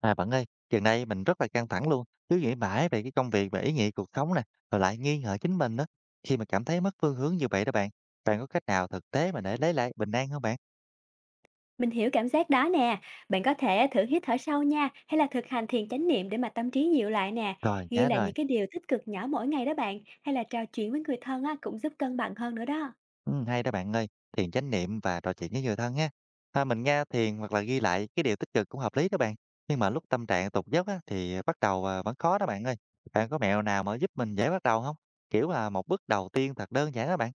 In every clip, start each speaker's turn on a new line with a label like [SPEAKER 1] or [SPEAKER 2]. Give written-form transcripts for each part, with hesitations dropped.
[SPEAKER 1] À bạn ơi, gần đây mình rất là căng thẳng luôn, cứ nghĩ mãi về cái công việc và ý nghĩa cuộc sống nè, rồi lại nghi ngờ chính mình đó. Khi mà cảm thấy mất phương hướng như vậy đó bạn, bạn có cách nào thực tế mà để lấy lại bình an không bạn?
[SPEAKER 2] Mình hiểu cảm giác đó nè, bạn có thể thử hít thở sâu nha, hay là thực hành thiền chánh niệm để mà tâm trí dịu lại nè.
[SPEAKER 1] Rồi,
[SPEAKER 2] Ghi
[SPEAKER 1] nhớ
[SPEAKER 2] lại
[SPEAKER 1] rồi.
[SPEAKER 2] những cái điều tích cực nhỏ mỗi ngày đó bạn, hay là trò chuyện với người thân á, cũng giúp cân bằng hơn nữa đó.
[SPEAKER 1] Ừ, hay đó bạn ơi, thiền chánh niệm và trò chuyện với người thân nha. À, mình nghe thiền hoặc là ghi lại cái điều tích cực cũng hợp lý đó bạn. Nhưng mà lúc tâm trạng tụt dốc á, thì bắt đầu vẫn khó đó bạn ơi. Bạn có mẹo nào mà giúp mình dễ bắt đầu không? Kiểu là một bước đầu tiên thật đơn giản đó bạn.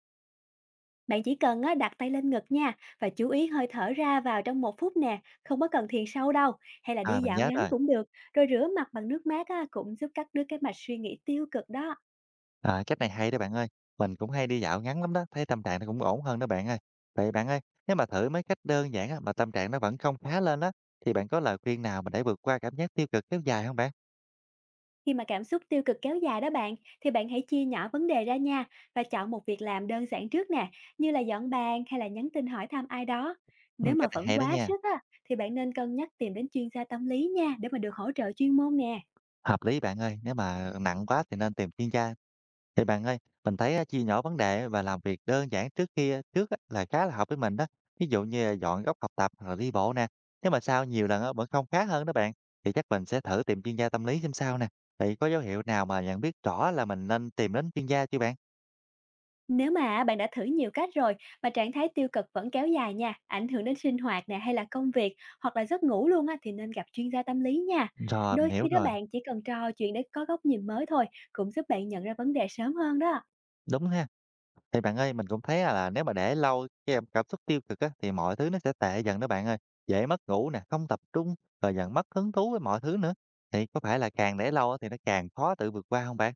[SPEAKER 2] Bạn chỉ cần á, đặt tay lên ngực nha và chú ý hơi thở ra vào trong một phút nè, không có cần thiền sâu đâu, hay là
[SPEAKER 1] À
[SPEAKER 2] đi
[SPEAKER 1] mình
[SPEAKER 2] dạo
[SPEAKER 1] nhớ
[SPEAKER 2] ngắn
[SPEAKER 1] rồi.
[SPEAKER 2] cũng được, rồi rửa mặt bằng nước mát á, cũng giúp cắt đứt cái mạch suy nghĩ tiêu cực đó.
[SPEAKER 1] À, cách này hay đó bạn ơi. Mình cũng hay đi dạo ngắn lắm đó, thấy tâm trạng nó cũng ổn hơn đó bạn ơi. Vậy bạn ơi, nếu mà thử mấy cách đơn giản á, mà tâm trạng nó vẫn không khá lên đó thì bạn có lời khuyên nào mà để vượt qua cảm giác tiêu cực kéo dài không bạn?
[SPEAKER 2] Khi mà cảm xúc tiêu cực kéo dài đó bạn, thì bạn hãy chia nhỏ vấn đề ra nha và chọn một việc làm đơn giản trước nè, như là dọn bàn hay là nhắn tin hỏi thăm ai đó.
[SPEAKER 1] Ừ,
[SPEAKER 2] Nếu mà
[SPEAKER 1] cách này
[SPEAKER 2] vẫn
[SPEAKER 1] hay đó
[SPEAKER 2] quá
[SPEAKER 1] nha.
[SPEAKER 2] sức á, thì bạn nên cân nhắc tìm đến chuyên gia tâm lý nha để mà được hỗ trợ chuyên môn nè.
[SPEAKER 1] Hợp lý bạn ơi, nếu mà nặng quá thì nên tìm chuyên gia. Thì bạn ơi, mình thấy á, chia nhỏ vấn đề và làm việc đơn giản trước kia trước á, là khá là hợp với mình đó. Ví dụ như là dọn góc học tập hoặc là đi bộ nè. Nếu mà sau nhiều lần á, vẫn không khá hơn đó bạn, thì chắc mình sẽ thử tìm chuyên gia tâm lý xem sao nè. Thì có dấu hiệu nào mà nhận biết rõ là mình nên tìm đến chuyên gia chưa bạn?
[SPEAKER 2] Nếu mà bạn đã thử nhiều cách rồi mà trạng thái tiêu cực vẫn kéo dài nha, ảnh hưởng đến sinh hoạt nè hay là công việc hoặc là giấc ngủ luôn á thì nên gặp chuyên gia tâm lý nha.
[SPEAKER 1] Rồi, mình
[SPEAKER 2] Đôi
[SPEAKER 1] hiểu
[SPEAKER 2] khi đó
[SPEAKER 1] rồi.
[SPEAKER 2] bạn chỉ cần trò chuyện để có góc nhìn mới thôi cũng giúp bạn nhận ra vấn đề sớm hơn đó.
[SPEAKER 1] Đúng ha. Thì bạn ơi, mình cũng thấy là nếu mà để lâu cái em cảm xúc tiêu cực á, thì mọi thứ nó sẽ tệ dần đó bạn ơi. Dễ mất ngủ nè, không tập trung, rồi dần mất hứng thú với mọi thứ nữa. Thì có phải là càng để lâu á, thì nó càng khó tự vượt qua không bạn?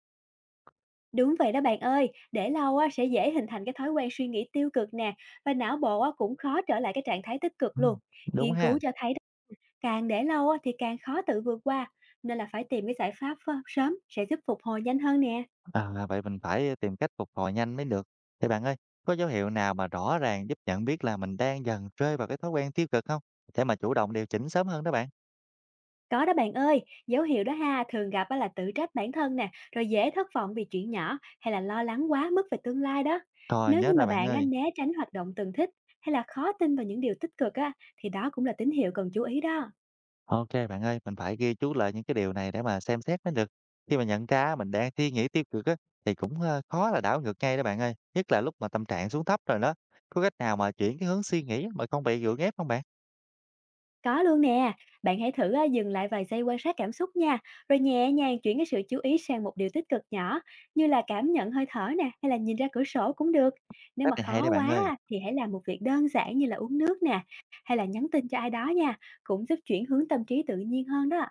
[SPEAKER 2] Đúng vậy đó bạn ơi, để lâu á sẽ dễ hình thành cái thói quen suy nghĩ tiêu cực nè và não bộ á cũng khó trở lại cái trạng thái tích cực luôn.
[SPEAKER 1] Ừm, đúng
[SPEAKER 2] Nghiên cứu
[SPEAKER 1] ha.
[SPEAKER 2] cho thấy đó, càng để lâu á thì càng khó tự vượt qua, nên là phải tìm cái giải pháp sớm sẽ giúp phục hồi nhanh hơn nè.
[SPEAKER 1] À, vậy mình phải tìm cách phục hồi nhanh mới được. Thì bạn ơi, có dấu hiệu nào mà rõ ràng giúp nhận biết là mình đang dần rơi vào cái thói quen tiêu cực không? Để mà chủ động điều chỉnh sớm hơn đó bạn.
[SPEAKER 2] Có đó bạn ơi, dấu hiệu đó ha thường gặp á là tự trách bản thân nè, rồi dễ thất vọng vì chuyện nhỏ hay là lo lắng quá mức về tương lai đó.
[SPEAKER 1] Rồi,
[SPEAKER 2] Nếu
[SPEAKER 1] nhớ
[SPEAKER 2] như mà
[SPEAKER 1] rồi bạn
[SPEAKER 2] bạn á
[SPEAKER 1] ơi.
[SPEAKER 2] né tránh hoạt động từng thích hay là khó tin vào những điều tích cực á thì đó cũng là tín hiệu cần chú ý đó.
[SPEAKER 1] Ok bạn ơi, mình phải ghi chú lại những cái điều này để mà xem xét mới được. Khi mà nhận ra mình đang suy nghĩ tiêu cực á, thì cũng khó là đảo ngược ngay đó bạn ơi. Nhất là lúc mà tâm trạng xuống thấp rồi đó. Có cách nào mà chuyển cái hướng suy nghĩ mà không bị gượng ép không bạn?
[SPEAKER 2] Có luôn nè, bạn hãy thử à, dừng lại vài giây quan sát cảm xúc nha, rồi nhẹ nhàng chuyển cái sự chú ý sang một điều tích cực nhỏ, như là cảm nhận hơi thở nè, hay là nhìn ra cửa sổ cũng được. Nếu
[SPEAKER 1] Cách
[SPEAKER 2] mà
[SPEAKER 1] này hay
[SPEAKER 2] khó
[SPEAKER 1] đấy bạn
[SPEAKER 2] quá
[SPEAKER 1] ơi.
[SPEAKER 2] à, thì hãy làm một việc đơn giản như là uống nước nè, hay là nhắn tin cho ai đó nha, cũng giúp chuyển hướng tâm trí tự nhiên hơn đó.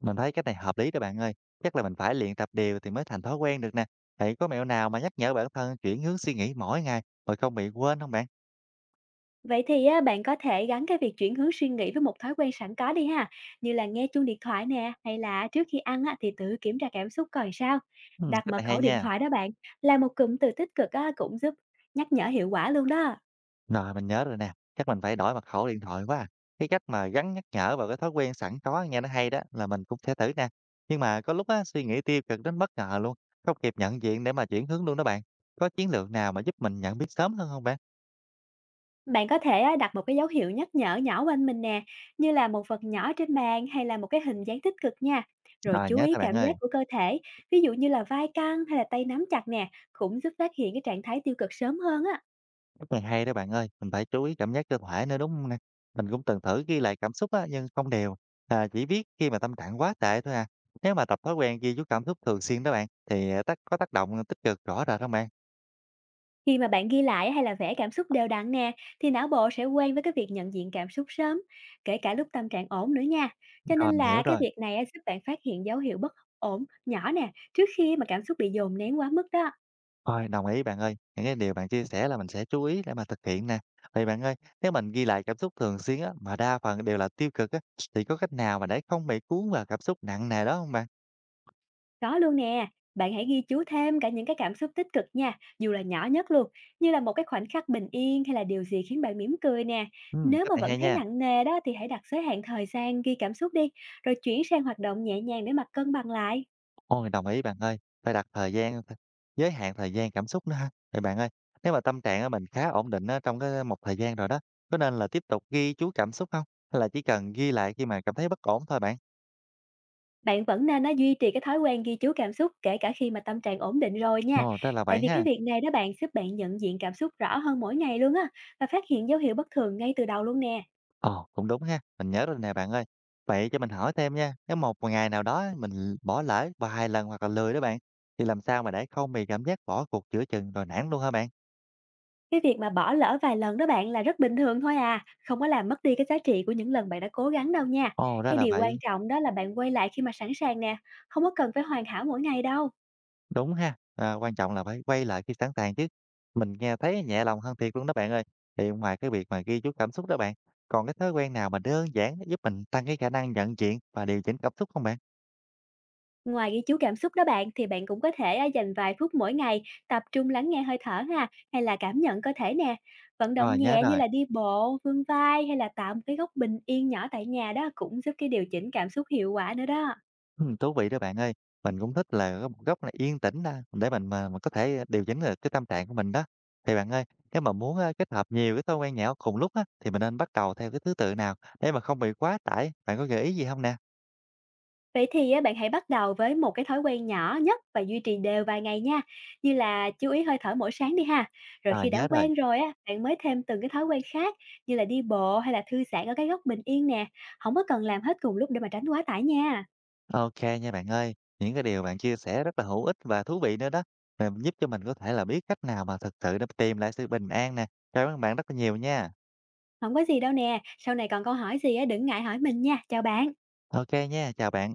[SPEAKER 1] Mình thấy cách này hợp lý đó bạn ơi. Chắc là mình phải luyện tập đều thì mới thành thói quen được nè. Vậy có mẹo nào mà nhắc nhở bản thân chuyển hướng suy nghĩ mỗi ngày rồi không bị quên không bạn?
[SPEAKER 2] Vậy thì á, bạn có thể gắn cái việc chuyển hướng suy nghĩ với một thói quen sẵn có đi ha, như là nghe chuông điện thoại nè, hay là trước khi ăn á, thì tự kiểm tra cảm xúc coi sao.
[SPEAKER 1] Ừ,
[SPEAKER 2] Đặt
[SPEAKER 1] cách
[SPEAKER 2] mật
[SPEAKER 1] này hay
[SPEAKER 2] khẩu điện
[SPEAKER 1] nha.
[SPEAKER 2] thoại đó bạn, là một cụm từ tích cực á, cũng giúp nhắc nhở hiệu quả luôn đó.
[SPEAKER 1] Rồi mình nhớ rồi nè. Chắc mình phải đổi mật khẩu điện thoại quá. Cái cách mà gắn nhắc nhở vào cái thói quen sẵn có nghe nó hay đó là mình cũng sẽ thử nè. Nhưng mà có lúc á, suy nghĩ tiêu cực đến bất ngờ luôn. Không kịp nhận diện để mà chuyển hướng luôn đó bạn. Có chiến lược nào mà giúp mình nhận biết sớm hơn không bạn?
[SPEAKER 2] Bạn có thể á, đặt một cái dấu hiệu nhắc nhở nhỏ quanh mình nè, như là một vật nhỏ trên bàn hay là một cái hình dáng tích cực nha. Rồi
[SPEAKER 1] Rồi
[SPEAKER 2] chú
[SPEAKER 1] nhớ
[SPEAKER 2] ý
[SPEAKER 1] thôi bạn
[SPEAKER 2] cảm
[SPEAKER 1] ơi.
[SPEAKER 2] giác của cơ thể, ví dụ như là vai căng hay là tay nắm chặt nè, cũng giúp phát hiện cái trạng thái tiêu cực sớm hơn á.
[SPEAKER 1] Cách này hay đó bạn ơi, mình phải chú ý cảm giác cơ thể nữa đúng không nè? Mình cũng từng thử ghi lại cảm xúc á, nhưng không đều. À, chỉ viết khi mà tâm trạng quá tệ thôi à. Nếu mà tập thói quen ghi chú cảm xúc thường xuyên đó bạn, thì à, tác có tác động tích cực rõ rệt không bạn?
[SPEAKER 2] Khi mà bạn ghi lại hay là vẽ cảm xúc đều đặn nè, thì não bộ sẽ quen với cái việc nhận diện cảm xúc sớm, kể cả lúc tâm trạng ổn nữa nha. Cho nên
[SPEAKER 1] Rồi mình hiểu
[SPEAKER 2] là cái
[SPEAKER 1] rồi.
[SPEAKER 2] việc này á, giúp bạn phát hiện dấu hiệu bất ổn nhỏ nè, trước khi mà cảm xúc bị dồn nén quá mức đó.
[SPEAKER 1] Rồi đồng ý bạn ơi, những cái điều bạn chia sẻ là mình sẽ chú ý để mà thực hiện nè. Vậy bạn ơi, nếu mình ghi lại cảm xúc thường xuyên á, mà đa phần đều là tiêu cực á, thì có cách nào mà để không bị cuốn vào cảm xúc nặng nề đó không bạn?
[SPEAKER 2] Có luôn nè, bạn hãy ghi chú thêm cả những cái cảm xúc tích cực nha, dù là nhỏ nhất luôn, như là một cái khoảnh khắc bình yên hay là điều gì khiến bạn mỉm cười nè.
[SPEAKER 1] Ừ,
[SPEAKER 2] Nếu
[SPEAKER 1] cách
[SPEAKER 2] mà
[SPEAKER 1] này
[SPEAKER 2] vẫn
[SPEAKER 1] hay
[SPEAKER 2] thấy
[SPEAKER 1] nha.
[SPEAKER 2] nặng nề đó thì hãy đặt giới hạn thời gian ghi cảm xúc đi, rồi chuyển sang hoạt động nhẹ nhàng để mà cân bằng lại.
[SPEAKER 1] Ôi, đồng ý bạn ơi, phải đặt thời gian, giới hạn thời gian cảm xúc nữa ha. Vậy bạn ơi, nếu mà tâm trạng á mình khá ổn định á trong cái một thời gian rồi đó, có nên là tiếp tục ghi chú cảm xúc không? Hay là chỉ cần ghi lại khi mà cảm thấy bất ổn thôi bạn?
[SPEAKER 2] Bạn vẫn nên duy trì cái thói quen ghi chú cảm xúc kể cả khi mà tâm trạng ổn định rồi nha.
[SPEAKER 1] Ồ, ra là
[SPEAKER 2] Tại
[SPEAKER 1] vậy
[SPEAKER 2] vì cái
[SPEAKER 1] ha.
[SPEAKER 2] việc này đó bạn giúp bạn nhận diện cảm xúc rõ hơn mỗi ngày luôn á và phát hiện dấu hiệu bất thường ngay từ đầu luôn nè.
[SPEAKER 1] Ờ, cũng đúng ha, mình nhớ rồi nè bạn ơi. Vậy cho mình hỏi thêm nha, nếu một ngày nào đó mình bỏ lỡ vài lần hoặc là lười đó bạn, thì làm sao mà để không bị cảm giác bỏ cuộc giữa chừng rồi nản luôn hả bạn?
[SPEAKER 2] Cái việc mà bỏ lỡ vài lần đó bạn là rất bình thường thôi à, không có làm mất đi cái giá trị của những lần bạn đã cố gắng đâu nha.
[SPEAKER 1] Ồ, ra
[SPEAKER 2] Cái
[SPEAKER 1] là
[SPEAKER 2] điều quan
[SPEAKER 1] vậy.
[SPEAKER 2] trọng đó là bạn quay lại khi mà sẵn sàng nè, không có cần phải hoàn hảo mỗi ngày đâu.
[SPEAKER 1] Đúng ha, à, quan trọng là phải quay lại khi sẵn sàng chứ. Mình nghe thấy nhẹ lòng hơn thiệt luôn đó bạn ơi. Thì ngoài cái việc mà ghi chú cảm xúc đó bạn, còn cái thói quen nào mà đơn giản giúp mình tăng cái khả năng nhận diện và điều chỉnh cảm xúc không bạn?
[SPEAKER 2] Ngoài ghi chú cảm xúc đó bạn thì bạn cũng có thể à, dành vài phút mỗi ngày tập trung lắng nghe hơi thở ha hay là cảm nhận cơ thể nè. Vận động
[SPEAKER 1] Rồi nhớ
[SPEAKER 2] nhẹ như
[SPEAKER 1] rồi,
[SPEAKER 2] là đi bộ, vươn vai hay là tạo một cái góc bình yên nhỏ tại nhà đó cũng giúp cái điều chỉnh cảm xúc hiệu quả nữa đó.
[SPEAKER 1] Ừm, Thú vị đó bạn ơi. Mình cũng thích là có một góc là yên tĩnh đó để mình mà mình có thể điều chỉnh được cái tâm trạng của mình đó. Thì bạn ơi, nếu mà muốn kết hợp nhiều cái thói quen nhỏ cùng lúc á, thì mình nên bắt đầu theo cái thứ tự nào để mà không bị quá tải. Bạn có gợi ý gì không nè?
[SPEAKER 2] Vậy thì à, bạn hãy bắt đầu với một cái thói quen nhỏ nhất và duy trì đều vài ngày nha, như là chú ý hơi thở mỗi sáng đi ha. Rồi
[SPEAKER 1] Rồi
[SPEAKER 2] khi đã
[SPEAKER 1] nhớ rồi.
[SPEAKER 2] quen rồi á, bạn mới thêm từng cái thói quen khác như là đi bộ hay là thư giãn ở cái góc bình yên nè. Không có cần làm hết cùng lúc để mà tránh quá tải nha.
[SPEAKER 1] OK nha bạn ơi. Những cái điều bạn chia sẻ rất là hữu ích và thú vị nữa đó, và giúp cho mình có thể là biết cách nào mà thực sự để tìm lại sự bình an nè. Cảm ơn bạn rất là nhiều nha.
[SPEAKER 2] Không có gì đâu nè, sau này còn câu hỏi gì á đừng ngại hỏi mình nha. Chào bạn.
[SPEAKER 1] OK nha, chào bạn.